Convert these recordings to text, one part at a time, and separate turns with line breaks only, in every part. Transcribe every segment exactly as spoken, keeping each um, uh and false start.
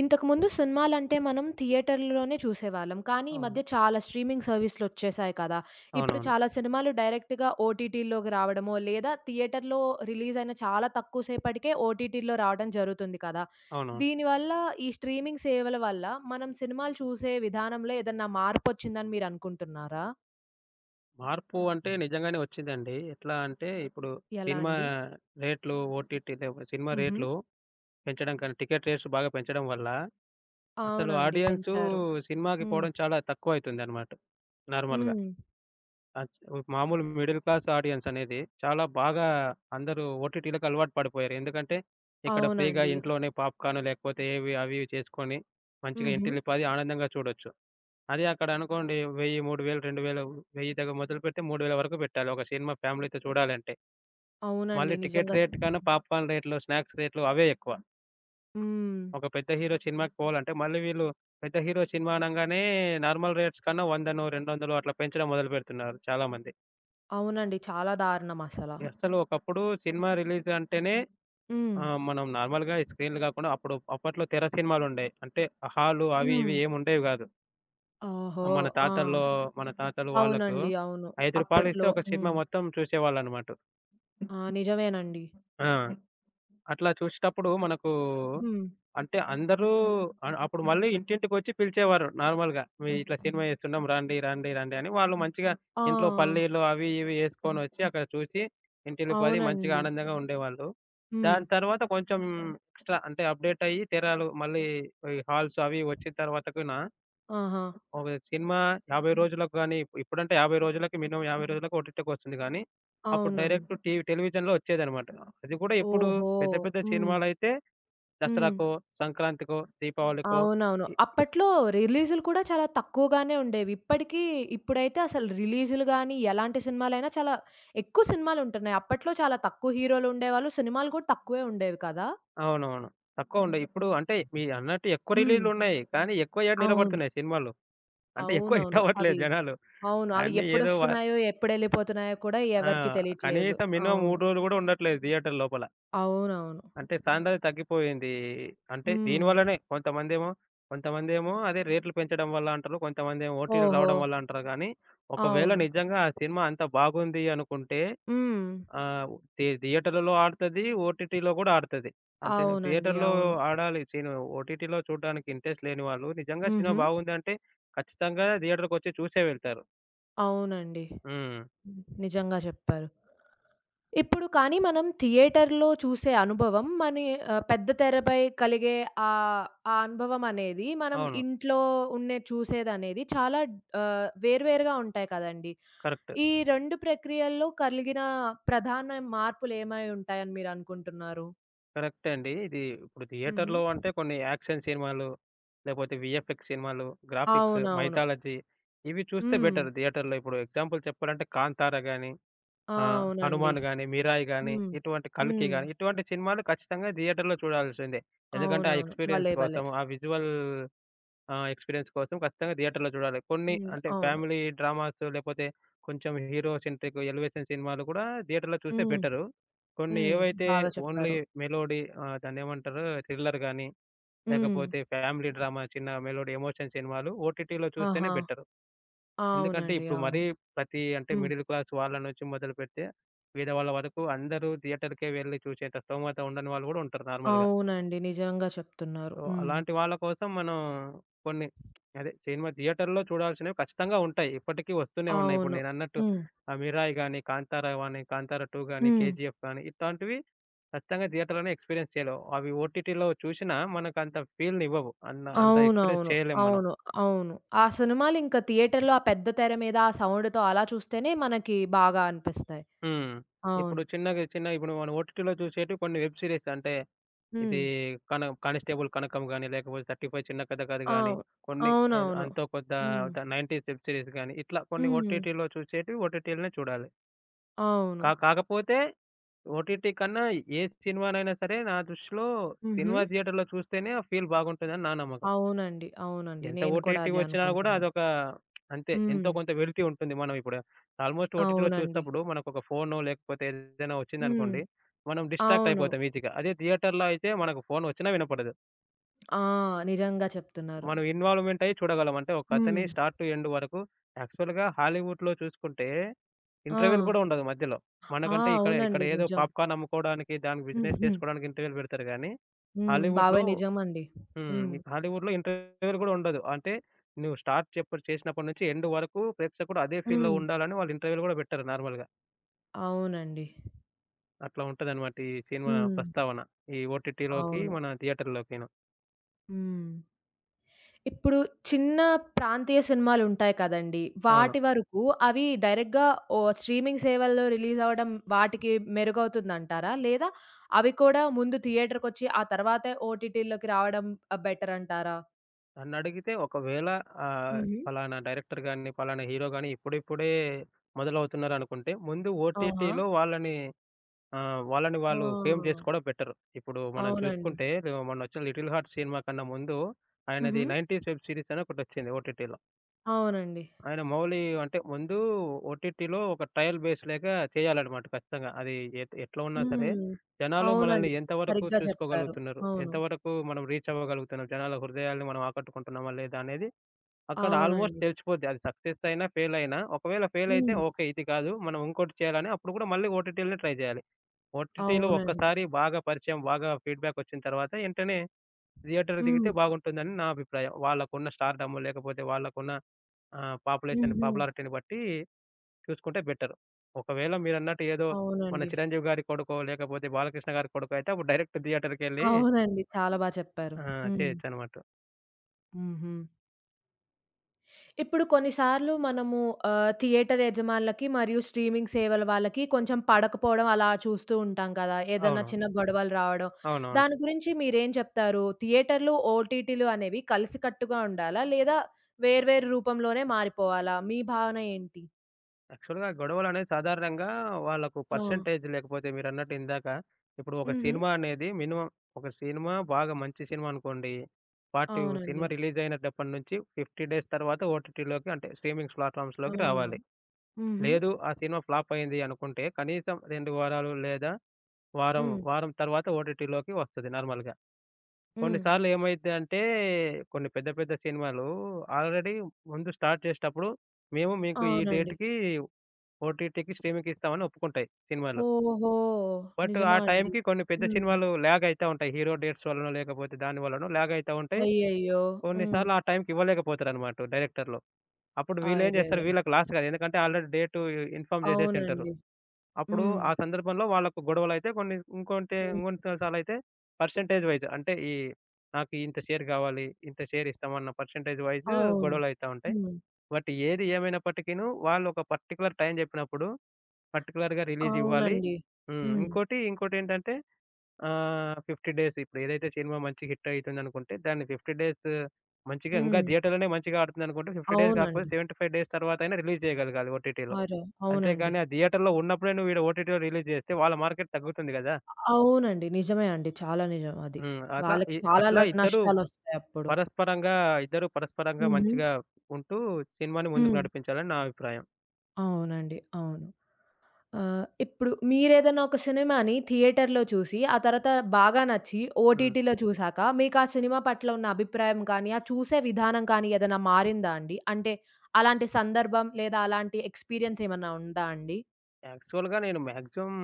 ఇంతకుముందు సినిమాలంటే మనం థియేటర్‌లోనే చూసేవాళ్ళం. కానీ ఈ
అవును.
మధ్య చాలా స్ట్రీమింగ్ సర్వీస్‌లు వచ్చేసాయి కదా! ఇప్పుడు
అవునవును.
చాలా సినిమాలు డైరెక్ట్‌గా ఓటీటీలోకి రావడమో, లేదా థియేటర్‌లో రిలీజ్ అయిన చాలా తక్కువ సేపటికే ఓటీటీలో రావడం జరుగుతుంది కదా!
అవునవును.
దీనివల్ల ఈ స్ట్రీమింగ్ సేవల వల్ల మనం సినిమాలు చూసే విధానంలో ఏదన్నా మార్పొచ్చిందని మీరనుకుంటున్నారా?
మార్పు అంటే నిజంగానే వచ్చిందండి. ఎట్లా అంటే ఇప్పుడు
ఎలా
సినిమా
అండి?
రేట్లు ఓటీటీ లేవ సినిమా
హుహు.
రేట్లు పెంచడం కానీ, టికెట్ రేట్స్ బాగా పెంచడం వల్ల అసలు
అవునండి.
ఆడియన్సు
పెంచారు.
సినిమాకి
హ్మ్.
పోవడం చాలా తక్కువైతుందనమాట నార్మల్‌గా.
హ్మ్.
అచ్ మామూలు మిడిల్ క్లాస్ ఆడియన్స్ అనేది చాలా బాగా అందరూ ఓటీటీలకు అలవాటు పడిపోయారు. ఎందుకంటే ఇక్కడ ఫ్రీగా
అవునండి.
ఇంట్లోనే పాప్‌కార్న్ లేకపోతే ఏవి అవి ఇవి చేసుకొని మంచిగా
హుహు.
ఇంటిల్లిపాది ఆనందంగా చూడొచ్చు. అది అక్కడనుకోండి, వెయ్యి, మూడు వేలు, రెండు వేలు వెయ్యి దగ్గర మొదలుపెట్టి మూడు వేలు వరకు పెట్టాలి ఒక సినిమా ఫ్యామిలీతో చూడాలంటే.
అవునండి.
మళ్ళీ టికెట్
నిజంగా.
రేట్ కన్నా పాప్‌కార్న్ రేట్లు, స్నాక్స్ రేట్లు అవే ఎక్కువ.
హ్మ్.
ఒక పెద్ద హీరో సినిమాకి పోవాలంటే మళ్ళీ వీళ్ళు పెద్ద హీరో సినిమా అనంగానే నార్మల్ రేట్స్ కన్నా 100నో, రెండు వందలు అట్లా పెంచడం మొదలుపెడుతున్నారు చాలామంది.
అవునండి. చాలా దారుణం అసల.
అసలు ఒకప్పుడు సినిమా రిలీజ్ అంటేనే,
హ్మ్.
ఆహ్, మనం నార్మల్‌గా ఈ స్క్రీన్‌లు గాకుండా అప్పుడు అప్పట్లో తెర సినిమాలుండేయి. అంటే హాలు అవి
హ్మ్.
ఇవి ఏముండేవి గాదు.
ఓహో!
మన
ఆ!
తాతల్లో మన తాతలు వాళ్ళకు రూ.
అవునండి. అవును.
ఐదు ఇస్తే
అప్పట్లో.
ఒక సినిమా
హ్మ్.
మొత్తం చూసేవాళ్ళనమాట.
ఆ! నిజమేనండి.
ఆ, అట్లా చూసేటప్పుడు మనకు
హ్మ్.
అంటే అందరూ అ అప్పుడు మళ్ళీ ఇంటింటికొచ్చి పిలిచేవారు నార్మల్‌గా. "మీ ఇట్లా సినిమా ఏస్తున్నాం, రండి, రండి, రండి" అని. వాళ్ళు మంచిగా ఇంట్లో
ఆ!
పల్లీలు అవి ఇవి ఏసుకొనొచ్చి అక్కడ చూసి ఇంటిల్లిపాది మంచిగా
అవునండి.
ఆనందంగా ఉండేవాళ్ళు.
హ్మ్.
దాని తర్వాత కొంచెం ఎక్స్‌ట్రా అంటే అప్‌డేట్ అయ్యి తెరాలు మళ్ళీ ఈ హాల్స్ అవి వచ్చిన తర్వాతకునా
ఆహా!
ఓకే. సినిమా యాభై రోజులకు గాని, ఇప్పుడంటే యాభై రోజులకి మినిమమ్ యాభై రోజులకు ఓటీటీకొస్తుంది గానీ, అప్పుడు
అవునండి.
డైరెక్ట్ టీవీ టెలివిజన్‌లో వచ్చేదనమాట. అది కూడా ఇప్పుడు
ఓహో!
పెద్ద పెద్ద
హ్మ్.
సినిమాలైతే
హ్మ్.
దసరాకో, సంక్రాంతికో, దీపావళికో
అవునవును.
ఇ
అప్పట్లో రిలీజులు కూడా చాలా తక్కువగానే ఉండేవి. ఇప్పటికి ఇప్పుడైతే అసలు రిలీజులు గాని, ఎలాంటి సినిమాలైనా చాలా ఎక్కువ సినిమాలుంటున్నాయి. అప్పట్లో చాలా తక్కువ హీరోలుండేవాళ్ళు. సినిమాలు కూడా తక్కువే ఉండేవి కదా!
అవునవును. తక్కువుండయి. ఇప్పుడు అంటే మీరన్నట్టు ఎక్కువ
హ్మ్.
రిలీజులున్నాయి, కానీ ఎక్కువ ఏడ
అవును.
నిలబడుతున్నాయి సినిమాలు. అంటే ఎక్కువ హిట్
అవునవును.
అవ్వట్లేదు
అవి
జనాలు.
అవును. అవి
అన్నీ ఏదో వ
ఎప్పుడొస్తున్నాయో, ఎప్పుడెళ్ళిపోతున్నాయో కూడా
ఆ,
ఎవరికీ తెలియట్లేదు.
కనీసం మినిమమ్
అవును.
మూడు రోజులు గూడా ఉండట్లేదు థియేటర్ లోపల.
అవునవును.
అంటే సాంద్రత తగ్గిపోయింది. అంటే
హ్మ్.
దీనివల్లనే కొంతమందేమో, కొంతమందేమో అదే రేట్లు పెంచడం వల్ల అంటారు. కొంతమందేమో ఓటీటీలు
ఓహో!
రావడం వల్ల అంటారు గానీ, ఒకవేళ
అవును.
నిజంగా ఆ సినిమా అంత బాగుంది అనుకుంటే,
హ్మ్.
ఆహ్, థి థియేటర్‌లలో ఆడుతది, ఓటీటీలో గూడా ఆడుతది. అంటే నువ్వు
అవునండి.
థియేటర్‌లో
అవును.
ఆడాలి సిను ఓటీటీలో చూడడానికి ఇంట్రెస్ట్ లేని వాళ్ళు నిజంగా సినిమా
హుహు.
బాగుందంటే ఖచ్చితంగా థియేటర్‌కొచ్చి చూసే వెళ్తారు.
అవునండి.
హ్మ్.
నిజంగా చెప్పారు. ఇప్పుడు కానీ మనం థియేటర్‌లో చూసే అనుభవం మని ఆహ్, పెద్ద తెరపై కలిగే ఆహ్, ఆ అనుభవం అనేది మనం
అవును.
ఇంట్లో ఉండే చూసేదనేది చాలా ఆహ్, వేర్వేరుగా ఉంటాయి కదండీ!
కరెక్ట్.
ఈ రెండు ప్రక్రియల్లో కలిగిన ప్రధాన మార్పులేమై ఉంటాయని మీరనుకుంటున్నారు?
కరెక్టే అండి. ఇది ఇప్పుడు థియేటర్‌లో
హుహు.
అంటే కొన్ని యాక్షన్ సినిమాలు, లేపోతే వీఎఫ్ఎక్స్ సినిమాలు, గ్రాఫిక్స్,
అవునవును.
మైథాలజీ, ఇవి చూస్తే
హ్మ్.
బెటర్ థియేటర్‌లో. ఇప్పుడు ఎగ్జాంపుల్ చెప్పాలంటే 'కాంతార' గాని,
ఆ!
ఆహ్,
అవునండి.
'హనుమాన్' గాని, 'మిరాయ్' గాని,
హ్మ్.
ఇటువంటి 'కల్కి'
హ్మ్.
గాని ఇటువంటి సినిమాలు ఖచ్చితంగా థియేటర్‌లో చూడాల్సిందే. ఎందుకంటే ఆ
అవునవును.
ఎక్స్‌పీరియన్స్
భలే! భలే!
కోసం, ఆ విజువల్, ఆ ఎక్స్‌పీరియన్స్ కోసం ఖచ్చితంగా థియేటర్‌లో చూడాలి. కొన్ని
హ్మ్.
అంటే
అవును.
ఫ్యామిలీ డ్రామాస్ లేపోతే కొంచెం హీరో సెంట్రిక్ ఎలివేషన్ సినిమాలు కూడా థియేటర్‌లో చూస్తే
హ్మ్.
బెటరు. కొన్ని
హ్మ్.
ఏవైతే
బాగా
ఓన్లీ
చెప్పారు.
మెలోడీ, ఆహ్, దాన్నేమంటారు, థ్రిల్లర్ గాని,
హ్మ్.
లేకపోతే ఫ్యామిలీ డ్రామా, చిన్న మెలోడీ ఎమోషన్ సినిమాలు ఓటీటీలో చూస్తేనే
ఆహా!
బెటరు. ఎందుకంటే
అవునండి.
ఇప్పుడు మరీ
అవును.
ప్రతి అంటే
హ్మ్.
మిడిల్ క్లాస్ వాళ్ళ నుంచి మొదలుపెడితే పేదవాళ్ళ వరకు అందరూ థియేటర్‌కే వెళ్లి చూసేంత స్తోమత ఉండని వాళ్ళు కూడా ఉంటారు నార్మల్‌గా.
అవునండి. నిజంగా చెప్తున్నారు.
సో,
హ్మ్.
అలాంటి వాళ్ళ కోసం మనం కొన్ని అదే సినిమా థియేటర్‌లో చూడాల్సినవి ఖచ్చితంగా ఉంటాయి. ఇప్పటికీ వస్తూనే ఉన్నాయి. ఇప్పుడు
అవును.
నేనన్నట్టు,
హ్మ్.
ఆహ్, 'మిరాయ్' గాని, 'కాంతారా' గాని, 'కాంతారా టూ' గాని,
హ్మ్.
'కేజీఎఫ్' గాని ఇట్లాంటివి ఖచ్చితంగా థియేటర్‌లోనే ఎక్స్‌పీరియన్స్ చేయలేం. అవి ఓటీటీలో చూసినా మనకంత ఫీల్‌నివ్వవు. అన్న అంత ఎక్స్‌పీరియన్స్
అవునవును.
చేయలేం మనం.
అవును. అవును. ఆ సినిమాలింక థియేటర్‌లో ఆ పెద్ద తెర మీద ఆ సౌండ్‌తో అలా చూస్తేనే మనకి బాగా అనిపిస్తాయి.
హ్మ్.
అవును.
ఇప్పుడు చిన్నగా, చిన్న ఇప్పుడు మనం ఓటీటీలో చూసేటివి కొన్ని వెబ్ సీరీస్, అంటే ఇది
హ్మ్.
కన కానిస్టేబుల్ కనకం గాని, లేకపోతే ముప్ఫై ఐదు చిన్న కథ కాదు గాని,
అవును.
కొన్ని ఏదో
అవునవును.
అంతో కొంత
హ్మ్.
ద 90స్ వెబ్ సీరీస్ గాని, ఇట్లా కొన్ని
హ్మ్.
ఓటీటీలో చూసేటివి ఓటీటీలనే చూడాలి.
అవును.
కా కాకపోతే ఓటీటీ కన్నా ఏ సినిమానైనా సరే నా దృష్టిలో
హుహు.
సినిమా థియేటర్‌లో చూస్తేనే ఆ ఫీల్ బాగుంటుందని నా నమ్మకం.
అవునండి. అవునండి.
ఎంత
నేను కూడా
ఓటీటీ
అదే
వచ్చినా గూడా
అనుకుంటున్నా.
అదొక, అంతే, ఎంతో
హ్మ్.
కొంత వెలితి ఉంటుంది. మనం ఇప్పుడు ఆల్‌మోస్ట్ ఓటీటీలో
అవునండి.
చూసేటప్పుడు మనకొక ఫోనో లేకపోతే ఏదైనా
హ్మ్.
వచ్చిందనుకోండి, మనం డిస్ట్రాక్ట్
అవును.
అయిపోతాం ఈజీగా. అదే థియేటర్‌లో అయితే మనకు ఫోన్ వచ్చినా వినపడదు.
ఆ! నిజంగా చెప్తున్నారు.
మనం ఇన్వాల్వ్‌మెంట్ అయ్యి చూడగలం. అంటే ఒకతని
హ్మ్.
స్టార్ట్ టు ఎండ్ వరకు యాక్చువల్‌గా హాలీవుడ్‌లో చూసుకుంటే
ఆ!
ఇంటర్వెల్ గూడా ఉండదు మధ్యలో.
ఆ!
మనకంటే ఇక్కడ ఇక్కడ
అవునండి.
ఏదో
నిజం.
పాప్‌కార్న్ అమ్ముకోవడానికి, దానికి బిజినెస్
హుహు.
చేసుకోవడానికి ఇంటర్వెల్ పెడతారు గానీ,
హ్మ్.
హాలీవుడ్‌లో
బాబాయ్ నిజమండి.
హ్మ్.
హ్మ్.
హాలీవుడ్‌లో ఇంటర్వెల్ గూడా ఉండదు. అంటే నువ్వు స్టార్ట్ చెప్పుడు చేసినప్పటి నుంచి ఎండ్ వరకు ప్రేక్షకుడు అదే ఫీల్‌లో
హ్మ్.
ఉండాలని వాళ్ళు ఇంటర్వెల్ గూడా పెట్టరు నార్మల్‌గా.
అవునండి.
అట్లా ఉంటదనమాట ఈ సినిమా
హ్మ్.
ప్రస్తావన, ఈ ఓటీటీలోకి,
అవును.
మన థియేటర్‌లోకిను.
హ్మ్. ఇప్పుడు చిన్న ప్రాంతీయ సినిమాలుంటాయి కదండీ!
అవును.
వాటి వరకు అవి డైరెక్ట్‌గా ఓహ్! స్ట్రీమింగ్ సేవల్లో రిలీజ్ అవ్వడం వాటికి మెరుగవుతుందంటారా? లేదా అవి కూడా ముందు థియేటర్‌కొచ్చి ఆ తర్వాతే ఓటీటీలోకి రావడం ఆహ్, బెటర్ అంటారా?
నన్నడిగితే ఒకవేళ, ఆహ్,
హుహు.
పలానా డైరెక్టర్ గాని, పలానా హీరో గాని ఇప్పుడిప్పుడే మొదలవుతున్నారనుకుంటే, ముందు
ఆహా!
ఓటీటీలో వాళ్ళని ఆహ్, వాళ్ళని వాళ్ళు ఫేమ్
ఆ!
చేసుకోవడం బెటర్. ఇప్పుడు మనం
అవునండి.
చూసుకుంటే మొన్నొచ్చిన 'లిటిల్ హార్ట్' సినిమా కన్నా ముందు ఆయనది
హుహు.
90స్ వెబ్ సీరీస్ అని ఒకటొచ్చింది ఓటీటీలో.
అవునండి.
ఆయన మౌలి అంటే ముందు ఓటీటీలో ఒక ట్రయల్ బేస్ లేక చేయాలన్నమాట ఖచ్చితంగా. అది ఎట్ ఎట్లా ఉన్నా సరే
హ్మ్.
జనాలు మనల్ని
అవునండి.
ఎంతవరకు
సరిగ్గా చెప్పారు.
చూసుకోగలుగుతున్నారు?
అవును.
ఎంతవరకు మనం రీచ్ అవ్వగలుగుతున్నాం? జనాల హృదయాల్ని మనం ఆకట్టుకుంటున్నామా లేదా అనేది అక్కడ ఆల్మోస్ట్
అవునండి.
తెలిసిపోద్ది, అది సక్సెస్ అయినా, ఫెయిల్ అయినా. ఒకవేళ ఫెయిల్ అయితే
హ్మ్.
ఓకే, ఇది కాదు, మనం ఇంకోటి చేయాలని. అప్పుడు కూడా మళ్ళీ ఓటీటీ‌లోనే ట్రై చేయాలి. ఓటీటీలో
అవునండి.
ఒక్కసారి బాగా పరిచయం, బాగా ఫీడ్‌బ్యాక్ వచ్చిన తర్వాత ఎంటనే థియేటర్‌కి దిగితే
హ్మ్.
బాగుంటుందని నా అభిప్రాయం. వాళ్ళకున్న స్టార్‌డమ్ లేకపోతే వాళ్ళకున్న, ఆహ్, పాపులేషన్
హుహు.
పాపులారిటీని బట్టి చూసుకుంటే బెటర్. ఒకవేళ మీరన్నట్టు ఏదో మన
అవునండి.
'చిరంజీవి' గారి కొడుకో, లేకపోతే 'బాలకృష్ణ' గారి కొడుకో అయితే అప్పుడు డైరెక్ట్ థియేటర్‌కెళ్ళి,
అవునండి. చాలా బా చెప్పారు.
ఆహ్,
హ్మ్.
చేయొచ్చనమాట.
హుహు. ఇప్పుడు కొన్నిసార్లు మనము ఆహ్, థియేటర్ యజమానులకి మరియు స్ట్రీమింగ్ సేవల వాళ్ళకి కొంచెం పడకపోవడం అలా చూస్తూ ఉంటాం కదా! ఏదన్నా
అవునవును.
చిన్న గొడవలు రావడం.
అవునవును.
దాని గురించి మీరేం చెప్తారు? థియేటర్‌లు, ఓటీటీలు అనేవి కలిసికట్టుగా ఉండాలా? లేదా వేర్వేరు రూపంలోనే మారిపోవాలా? మీ భావన ఏంటి?
యాక్చువల్‌గా గొడవలనేవి సాధారణంగా వాళ్ళకు
ఆ!
పర్సెంటేజ్ లేకపోతే, మీరన్నట్టు ఇందాక, ఇప్పుడు ఒక
హుహు.
సినిమా అనేది మినిమమ్, ఒక సినిమా బాగా మంచి సినిమా అనుకోండి, పార్ట్
అవునండి.
సినిమా రిలీజ్ అయినప్పటి నుంచి యాభై డేస్ తర్వాత ఓటీటీలోకి అంటే స్ట్రీమింగ్
ఆ!
ప్లాట్‌ఫామ్స్‌లోకి రావాలి.
హుహు.
లేదు, ఆ సినిమా ఫ్లాప్ అయింది అనుకుంటే కనీసం రెండు వారాలు లేదా వారం,
హ్మ్.
వారం తర్వాత ఓటీటీలోకి వస్తది నార్మల్‌గా.
హ్మ్.
కొన్నిసార్లు ఏమైద్దంటే కొన్ని పెద్ద పెద్ద సినిమాలు ఆల్రెడీ ముందు స్టార్ట్ చేసేటప్పుడు మేము మీకు ఈ
అవునండి.
డేట్‌కి ఓటీటీకి, స్ట్రీమింగ్‌కి ఇస్తామని ఒప్పుకుంటాయి సినిమాలు.
ఓహో!
బట్ ఆ
నిజమా అండి?
టైంకి కొన్ని పెద్ద
హ్మ్.
సినిమాలు ల్యాగ్ అయితా ఉంటాయి. హీరో డేట్స్ వలనో, లేకపోతే దాని వలనో ల్యాగ్ అయితా ఉంటాయి.
అయ్యయ్యో! హ్మ్.
కొన్నిసార్లు ఆ టైంకి ఇవ్వలేకపోతారనమాట డైరెక్టర్లు. అప్పుడు వీళ్ళేం చేస్తారు,
అరెరే!
వీళ్ళకి లాస్ కాదు. ఎందుకంటే ఆల్రెడీ డేటు ఇన్ఫార్మ్ చేసేసి ఉంటారు.
అవునండి.
అప్పుడు
హ్మ్.
ఆ సందర్భంలో వాళ్ళకు గొడవలైతే కొన్ని, ఇంకొంటి
హ్మ్.
ఇంకొన్ని సార్లయితే పర్సెంటేజ్ వైస్, అంటే ఈ నాకు ఇంత షేర్ కావాలి, ఇంత షేర్ ఇస్తామన్న పర్సెంటేజ్ వైస్
అవును.
గొడవలయితా ఉంటాయి.
హ్మ్.
బట్ ఏది ఏమైనప్పటికీను వాళ్ళు ఒక పర్టిక్యులర్ టైం చెప్పినప్పుడు పర్టిక్యులర్‌గా రిలీజ్ ఇవ్వాలి.
అవునండి.
హ్మ్.
హ్మ్.
ఇంకోటి, ఇంకోటేంటంటే, ఆహ్, యాభై డేస్, ఇప్పుడు ఏదైతే సినిమా మంచి హిట్ అయితుందనుకుంటే దాన్ని యాభై డేస్, మంచిగా ఇంకా
హ్మ్.
థియేటర్‌లోనే మంచిగా ఆడుతుందనుకుంటే యాభై డేస్ కాకపోతే
అవునండి.
డెబ్భై ఐదు డేస్ తర్వాత అయినా రిలీజ్ చేయగలగాలి ఓటీటీలో.
అరె! అవునండి.
అంతేగాని ఆ థియేటర్‌లో ఉన్నప్పుడే నువ్వు ఈడ ఓటీటీలో రిలీజ్ చేస్తే వాళ్ళ మార్కెట్ తగ్గుతుంది కదా.
అవునండి. నిజమే అండి. చాలా నిజం అది.
హ్మ్. అట్లా
వాళ్ళకి
ఇ
చాలా ల
అట్లా ఇద్దరు
నష్టాలొస్తాయప్పుడు.
పరస్పరంగా ఇద్దరు పరస్పరంగా
హుహు.
మంచిగా ఉంటూ సినిమాని ముందుకు
హ్మ్.
నడిపించాలని నా అభిప్రాయం.
అవునండి. అవును. ఆహ్, ఇప్పుడు మీరేదైనా ఒక సినిమాని థియేటర్‌లో చూసి, ఆ తర్వాత బాగా నచ్చి
హ్మ్.
ఓటీటీలో చూసాక, మీకా సినిమా పట్ల ఉన్న అభిప్రాయం కానీ, ఆ చూసే విధానం కానీ ఏదైనా మారిందా అండి? అంటే అలాంటి సందర్భం లేదా అలాంటి ఎక్స్‌పీరియన్స్ ఏమన్నా ఉందా అండి?
యాక్చువల్‌గా నేను మాక్సిమం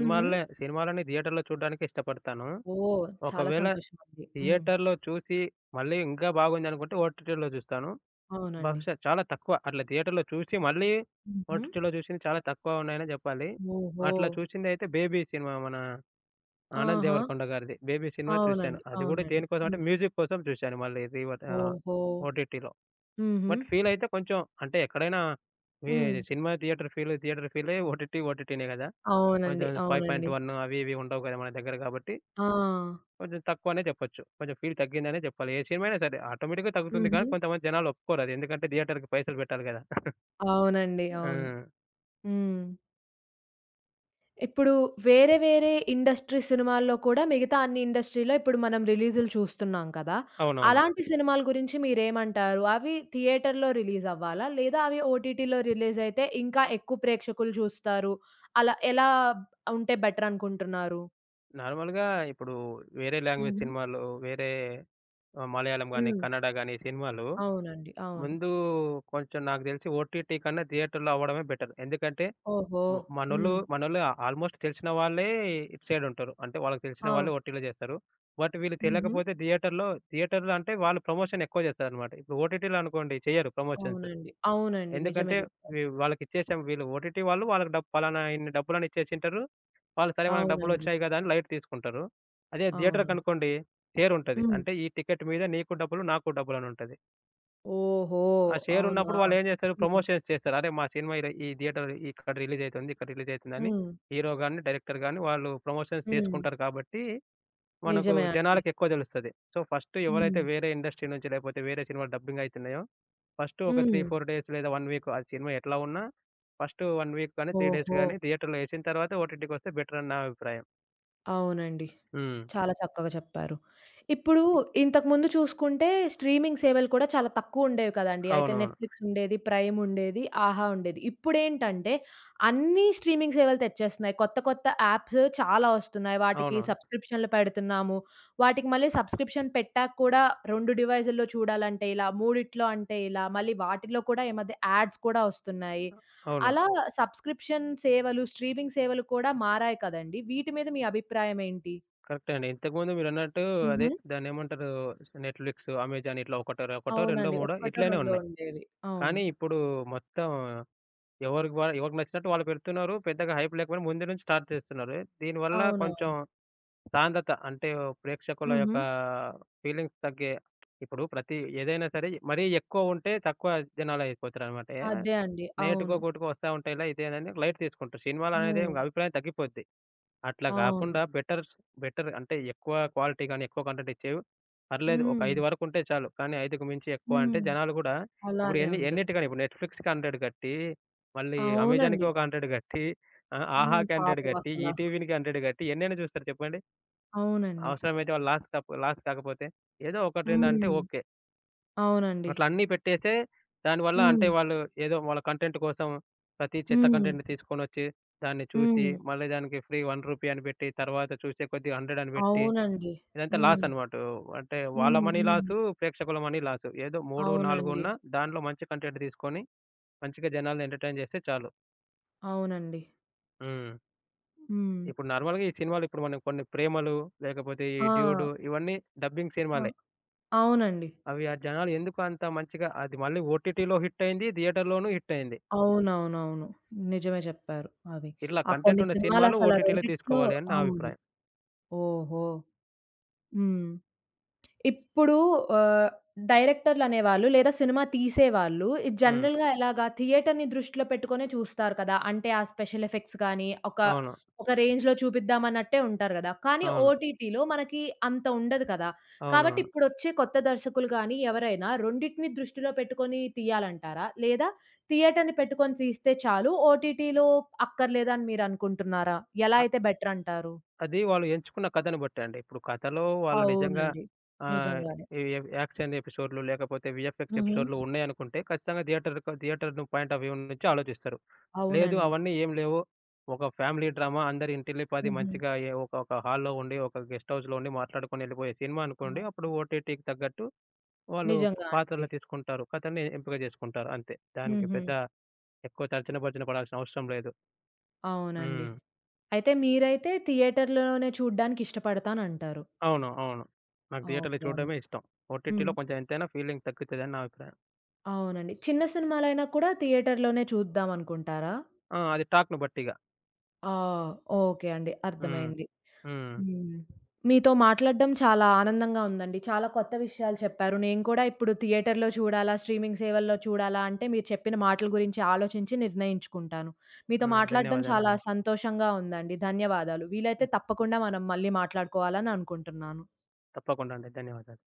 హుహు.
సినిమాలని థియేటర్‌లో చూడడానికే ఇష్టపడతాను.
ఓహ్! చాలా
ఒకవేళ
సంతోషమండి. హ్మ్.
థియేటర్‌లో చూసి, మళ్ళీ ఇంకా బాగుందనుకుంటే ఓటీటీలో చూస్తాను.
అవునండి.
బహుశా చాలా తక్కువ. అట్లా థియేటర్‌లో చూసి, మళ్ళీ
హుహు.
ఓటీటీలో చూసింది చాలా తక్కువ ఉన్నాయనే జెప్పాలి.
ఓహో!
అట్లా చూసిందయితే 'బేబీ' సినిమా, మన ఆనంద్
ఆహా!
దేవరకొండ గారిది. 'బేబీ' సినిమా చూశాను.
అవునండి.
అది గూడా
అవునండి.
దేనికోసం అంటే,
హ్మ్.
మ్యూజిక్ కోసం చూశాను మళ్ళీ రివర్ ఆహ్,
ఓహో!
ఓటీటీలో.
హుహు.
బట్ ఫీలయితే కొంచెం, అంటే ఎక్కడైనా మీ
హ్మ్.
సినిమా థియేటర్ ఫీల్, థియేటర్ ఫీలే, ఓటీటీ, ఓటీటీనే గదా. కొంచెం
అవునండి. అవునండి.
ఐదు పాయింట్ ఒకటి అవి ఇవి ఉండవు గదా మన దగ్గర గాబట్టి,
ఆ!
కొంచెం తక్కువనే చెప్పొచ్చు. కొంచెం ఫీల్ తగ్గిందనే చెప్పాలి ఏ సినిమా అయినా సరే. ఆటోమేటిక్‌గా తగ్గుతుంది కానీ
హుహు.
కొంతమంది జనాలు ఒప్పుకోరది. ఎందుకంటే థియేటర్‌కి పైసలు పెట్టాలి కదా.
అవునండి. అవును.
ఆ,
హ్మ్. ఇప్పుడు వేరే వేరే ఇండస్ట్రీ సినిమాల్లో కూడా మిగతా అన్ని ఇండస్ట్రీలో ఇప్పుడు మనం రిలీజులు చూస్తున్నాం కదా!
అవునవును.
అలాంటి సినిమాల గురించి మీరేమంటారు? అవి థియేటర్‌లో రిలీజ్ అవ్వాలా? లేదా అవి ఓటీటీలో రిలీజ్ అయితే ఇంకా ఎక్కువ ప్రేక్షకులు చూస్తారు. అలా ఎలా ఉంటే బెటర్ అనుకుంటున్నారు?
నార్మల్‌గా ఇప్పుడు వేరే లాంగ్వేజ్
హుహు.
సినిమాలు, వేరే, ఆహ్, మలయాళం గాని,
హ్మ్.
కన్నడ గాని సినిమాలు
అవునండి. అవును.
ముందు, కొంచెం నాకు తెలిసి ఓటీటీ కన్నా థియేటర్‌లో అవ్వడమే బెటర్. ఎందుకంటే
ఓహో!
మ మనోళ్ళు
హ్మ్.
మనోళ్ళు ఆల్మోస్ట్ తెలిసిన వాళ్ళే ఇటు సైడ్ ఉంటారు. అంటే వాళ్ళకి తెలిసిన
ఆ!
వాళ్ళే ఓటీటీలో చేస్తారు. బట్ వీళ్ళు
హుహు.
తెలియకపోతే థియేటర్‌లో, థియేటర్‌లో అంటే వాళ్ళు ప్రమోషన్ ఎక్కువ చేస్తారనమాట. ఇప్పుడు ఓటీటీలో అనుకోండి, చెయ్యరు ప్రమోషన్స్.
అవునండి. అవునండి. నిజమే
ఎందుకంటే
చెప్పారు.
వి వాళ్ళకి ఇచ్చేసాం, వీళ్ళు ఓటీటీ వాళ్ళు వాళ్ళకి డబ్, పలానా ఇన్ని డబ్బులని ఇచ్చేసింటారు. వాళ్ళు సరే మనకు
అవునండి.
డబ్బులొచ్చాయి కదా అని లైట్ తీసుకుంటారు. అదే
అవును.
థియేటర్‌కనుకోండి షేరుంటది.
హ్మ్.
అంటే ఈ టికెట్ మీద నీకు డబ్బులు, నాకు డబ్బులనుంటది.
ఓహో!
ఆ షేర్
అవునా!
ఉన్నప్పుడు వాళ్ళేం జేస్తారు, ప్రమోషన్స్ చేస్తారు. అరే, మా సినిమా ఈడ ఈ థియేటర్ ఇక్కడ రిలీజ్ అయితుంది, ఇక్కడ రిలీజ్ అయితుందని
హ్మ్.
హీరో గాని, డైరెక్టర్ గాని వాళ్ళు ప్రమోషన్స్
హ్మ్.
చేసుకుంటారు కాబట్టి మనకు
నిజమే అండి.
జనాలకెక్కువ తెలుస్తది. సో, ఫస్ట్ ఎవరైతే
హ్మ్.
వేరే ఇండస్ట్రీ నుంచి లేకపోతే వేరే సినిమాలు డబ్బింగ్ అయితున్నాయో, ఫస్ట్ ఒక మూడు,
హ్మ్.
నాలుగు డేస్ లేదా ఒక వీక్, ఆ సినిమా ఎట్లా ఉన్నా ఫస్ట్ ఒక వీక్ గాని, మూడు డేస్
ఓహో!
గాని థియేటర్‌లో ఏసిన తర్వాత ఓటీటీకొస్తే బెటర్ అని నా అభిప్రాయం.
అవునండి.
హ్మ్.
చాలా చక్కగా చెప్పారు. ఇప్పుడు ఇంతకుముందు చూసుకుంటే స్ట్రీమింగ్ సేవలు కూడా చాలా తక్కువుండేవి కదండీ. అయితే
అవునవును.
నెట్‌ఫ్లిక్స్ ఉండేది, ప్రైమ్ ఉండేది, ఆహా! ఉండేది. ఇప్పుడేంటంటే అన్నీ స్ట్రీమింగ్ సేవలు తెచ్చేస్తున్నాయి. కొత్త కొత్త యాప్స్ చాలా వస్తున్నాయి. వాటికి
అవునవును.
సబ్స్క్రిప్షన్‌లు పెడుతున్నాము. వాటికి మళ్ళీ సబ్స్క్రిప్షన్ పెట్టాక కూడా రెండు డివైజుల్లో చూడాలంటే ఇలా, మూడిట్లో అంటే ఇలా, మళ్ళీ వాటిలో కూడా ఈ మధ్య యాడ్స్ కూడా వస్తున్నాయి.
అవును.
అలా సబ్స్క్రిప్షన్ సేవలు, స్ట్రీమింగ్ సేవలు కూడా మారాయి కదండీ. వీటి మీద మీ అభిప్రాయం ఏంటి?
కరెక్టే అండి. ఇంతకుముందు మీరన్నట్టు అదే
హుహు.
దాన్నేమంటారు, నెట్‌ఫ్లిక్స్, అమెజాన్ ఇట్లా ఒకటో, ఒకటో, రెండో,
అవునండి.
మూడో
ఒక్కటో
ఇట్లనే
రెండో
ఉన్నాయి.
ఉండేవి. అవును.
కానీ ఇప్పుడు మొత్తం ఎవరికి వా ఎవరికి నచ్చినట్టు వాళ్ళు పెడుతున్నారు. పెద్దగా హైప్ లేకపోయినా ముందు నుంచి స్టార్ట్ చేస్తున్నారు. దీనివల్ల
అవునవును.
కొంచెం సాంద్రత, అంటే ప్రేక్షకుల
హుహు.
యొక్క ఫీలింగ్స్ తగ్గే, ఇప్పుడు ప్రతి ఏదైనా సరే మరీ ఎక్కువ ఉంటే తక్కువ జనాలయిపోతారనమాట. ఏహ్!
అదే అండి.
నేటికో,
అవును.
గూటికో వస్తా ఉంటాయిలా, ఇదేనని లైట్ తీసుకుంటారు. సినిమాలనేది
హ్మ్.
అభిప్రాయం తగ్గిపోద్ది. అట్లా
అవును.
గాకుండా బెటర్స్ బెటర్ అంటే ఎక్కువ క్వాలిటీ గాని, ఎక్కువ కంటెంట్ ఇచ్చేవి పర్లేదు. ఒక
హ్మ్.
ఐదు వరకుంటే చాలు. కానీ 5కి మించి ఎక్కువ అంటే
హ్మ్.
జనాలు గూడా, ఇప్పుడు
అలానే
ఎన్ని
ఉంటది.
ఎన్నిటికని, ఇప్పుడు నెట్‌ఫ్లిక్స్‌కి వంద గట్టి, మళ్ళీ అమెజాన్‌కి
అవునండి.
ఒక వంద గట్టి, ఆ,
హ్మ్.
ఆహాకి వంద
పాపం
గట్టి,
అసల.
ఈటీవీ‌కి వంద గట్టి ఎన్నైనా చూస్తారు చెప్పండి?
అవునండి.
అవసరమైతే వాళ్ళు లాస్ కాపో లాస్ కాకపోతే, ఏదో ఒకటి రెండంటే
హ్మ్.
ఓకే.
అవునండి.
అట్లా అన్నీ పెట్టేసే దానివల్ల,
హ్మ్.
అంటే వాళ్ళు ఏదో వాళ్ళ కంటెంట్ కోసం ప్రతి చెత్త
హ్మ్.
కంటెంట్ తీసుకొనొచ్చి, దాన్ని చూసి
హ్మ్.
మళ్ళీ దానికి ఫ్రీ రూ. ఒకటి అని పెట్టి, తర్వాత చూసే కొద్దీ వంద అని పెట్టి,
అవునండి.
ఇదంతా లాస్
హ్మ్.
అనమాట. అంటే వాళ్ళ
హ్మ్.
మనీ
హ్మ్.
లాసు, ప్రేక్షకుల మనీ లాసు. ఏదో మూడు, నాలుగు
అవునండి.
ఉన్నా దాంట్లో మంచి కంటెంట్ తీసుకొని మంచిగా జనాల్ని ఎంటర్‌టైన్ చేస్తే చాలు.
అవునండి.
హ్మ్.
హ్మ్.
ఇప్పుడు నార్మల్‌గా ఈ సినిమాలు, ఇప్పుడు మనం కొన్ని 'ప్రేమలు' లేకపోతే ఈ
ఆ!
'డ్యూడు' ఇవన్నీ డబ్బింగ్
ఆ!
సినిమాలే.
అవునండి.
అవి ఆ జనాలు ఎందుకు అంత మంచిగా, అది మళ్ళీ ఓటీటీలో హిట్ అయింది, థియేటర్‌లోనూ హిట్ అయింది.
అవునవునవును. నిజమే చెప్పారు అవి.
ఇట్లా
ఆ
కంటెంట్
కొన్ని
ఉన్న సినిమాలు
సినిమాలసల
ఓటీటీలో
రెండిట్లో
తీసుకోవాలి అని నా
అవును.
అభిప్రాయం.
ఓహో! హ్మ్. ఇప్పుడు ఆహ్, డైరెక్టర్‌లనేవాళ్ళు లేదా సినిమా తీసేవాళ్ళు ఇది
హ్మ్.
జనరల్‌గా ఎలాగా థియేటర్‌ని దృష్టిలో పెట్టుకొనే చూస్తారు కదా! అంటే ఆ స్పెషల్ ఎఫెక్ట్స్ గాని, ఒక
అవును.
ఒక రేంజ్‌లో చూపిద్దాం అన్నట్టే ఉంటారు గదా! కానీ
అవును.
ఓటీటీలో మనకి అంత ఉండదు కదా! కాబట్టి
అవునవును.
ఇప్పుడొచ్చే కొత్త దర్శకులు గాని ఎవరైనా రెండిటిని దృష్టిలో పెట్టుకొని తీయాలంటారా? లేదా థియేటర్‌ని పెట్టుకొని తీస్తే చాలు ఓటీటీలో అక్కర్లేదని మీరనుకుంటున్నారా? ఎలా
అ
అయితే బెటర్ అంటారు?
అది వాళ్ళు ఎంచుకున్న కథను బట్టి అండి. ఇప్పుడు కథలో వాళ్ళు నిజంగా,
అవునండి.
ఆహ్,
నిజంగానే.
ఈ యాక్షన్ ఎపిసోడ్‌లు లేకపోతే వీఎఫ్ఎక్స్
హుహు.
ఎపిసోడ్‌లు ఉన్నాయనుకుంటే ఖచ్చితంగా థియేటర్‌కు థియేటర్‌ను పాయింట్ ఆఫ్ వ్యూ నుంచి ఆలోచిస్తారు. లేదు
అవునండి.
అవన్నీ ఏం లేవు. ఒక ఫ్యామిలీ డ్రామా, అందరి ఇంటిల్లిపాది
హుహు.
మంచిగా ఏ ఒక ఒక హాల్‌లో ఉండి, ఒక గెస్ట్ హౌస్‌లో ఉండి మాట్లాడుకొని వెళ్ళిపోయే సినిమా
ఆ!
అనుకోండి. అప్పుడు ఓటీటీకి తగ్గట్టు వాళ్ళు
నిజంగా అండి.
పాత్రలను తీసుకుంటారు, కథని ఎంపిక చేసుకుంటారు అంతే. దానికి
హుహు.
పెద్ద ఎక్కువ తర్జన భర్జన పడాల్సిన అవసరం లేదు.
అవునండి.
హ్మ్.
అయితే మీరైతే థియేటర్‌లోనే చూడ్డానికి ఇష్టపడతానంటారు.
అవును. అవును. నాకు థియేటర్‌లో
ఓకే అండి.
చూడడమే ఇష్టం.
హ్మ్.
ఓటీటీలో కొంచెం ఎంతైనా ఫీలింగ్ తగ్గుతదని నా అభిప్రాయం.
అవునండి. చిన్న సినిమాలైనా కూడా థియేటర్‌లోనే చూద్దామనుకుంటారా?
ఆ, అది టాక్‌ని బట్టి ఇగ.
ఆ! ఓకే అండి.
హ్మ్.
అర్థమైంది.
హ్మ్.
హ్మ్. మీతో మాట్లాడడం చాలా ఆనందంగా ఉందండి. చాలా కొత్త విషయాలు చెప్పారు. నేను కూడా ఇప్పుడు థియేటర్‌లో చూడాలా? స్ట్రీమింగ్ సేవల్లో చూడాలా? అంటే మీరు చెప్పిన మాటల గురించి ఆలోచించి నిర్ణయించుకుంటాను.
ఆ,
మీతో మాట్లాడడం చాలా
ధన్యవాదాలండి.
సంతోషంగా ఉందండి. ధన్యవాదాలు. వీలైతే తప్పకుండా మనం మళ్ళీ మాట్లాడుకోవాలని అనుకుంటున్నాను.
తప్పకుండా అండి. ధన్యవాదాలు.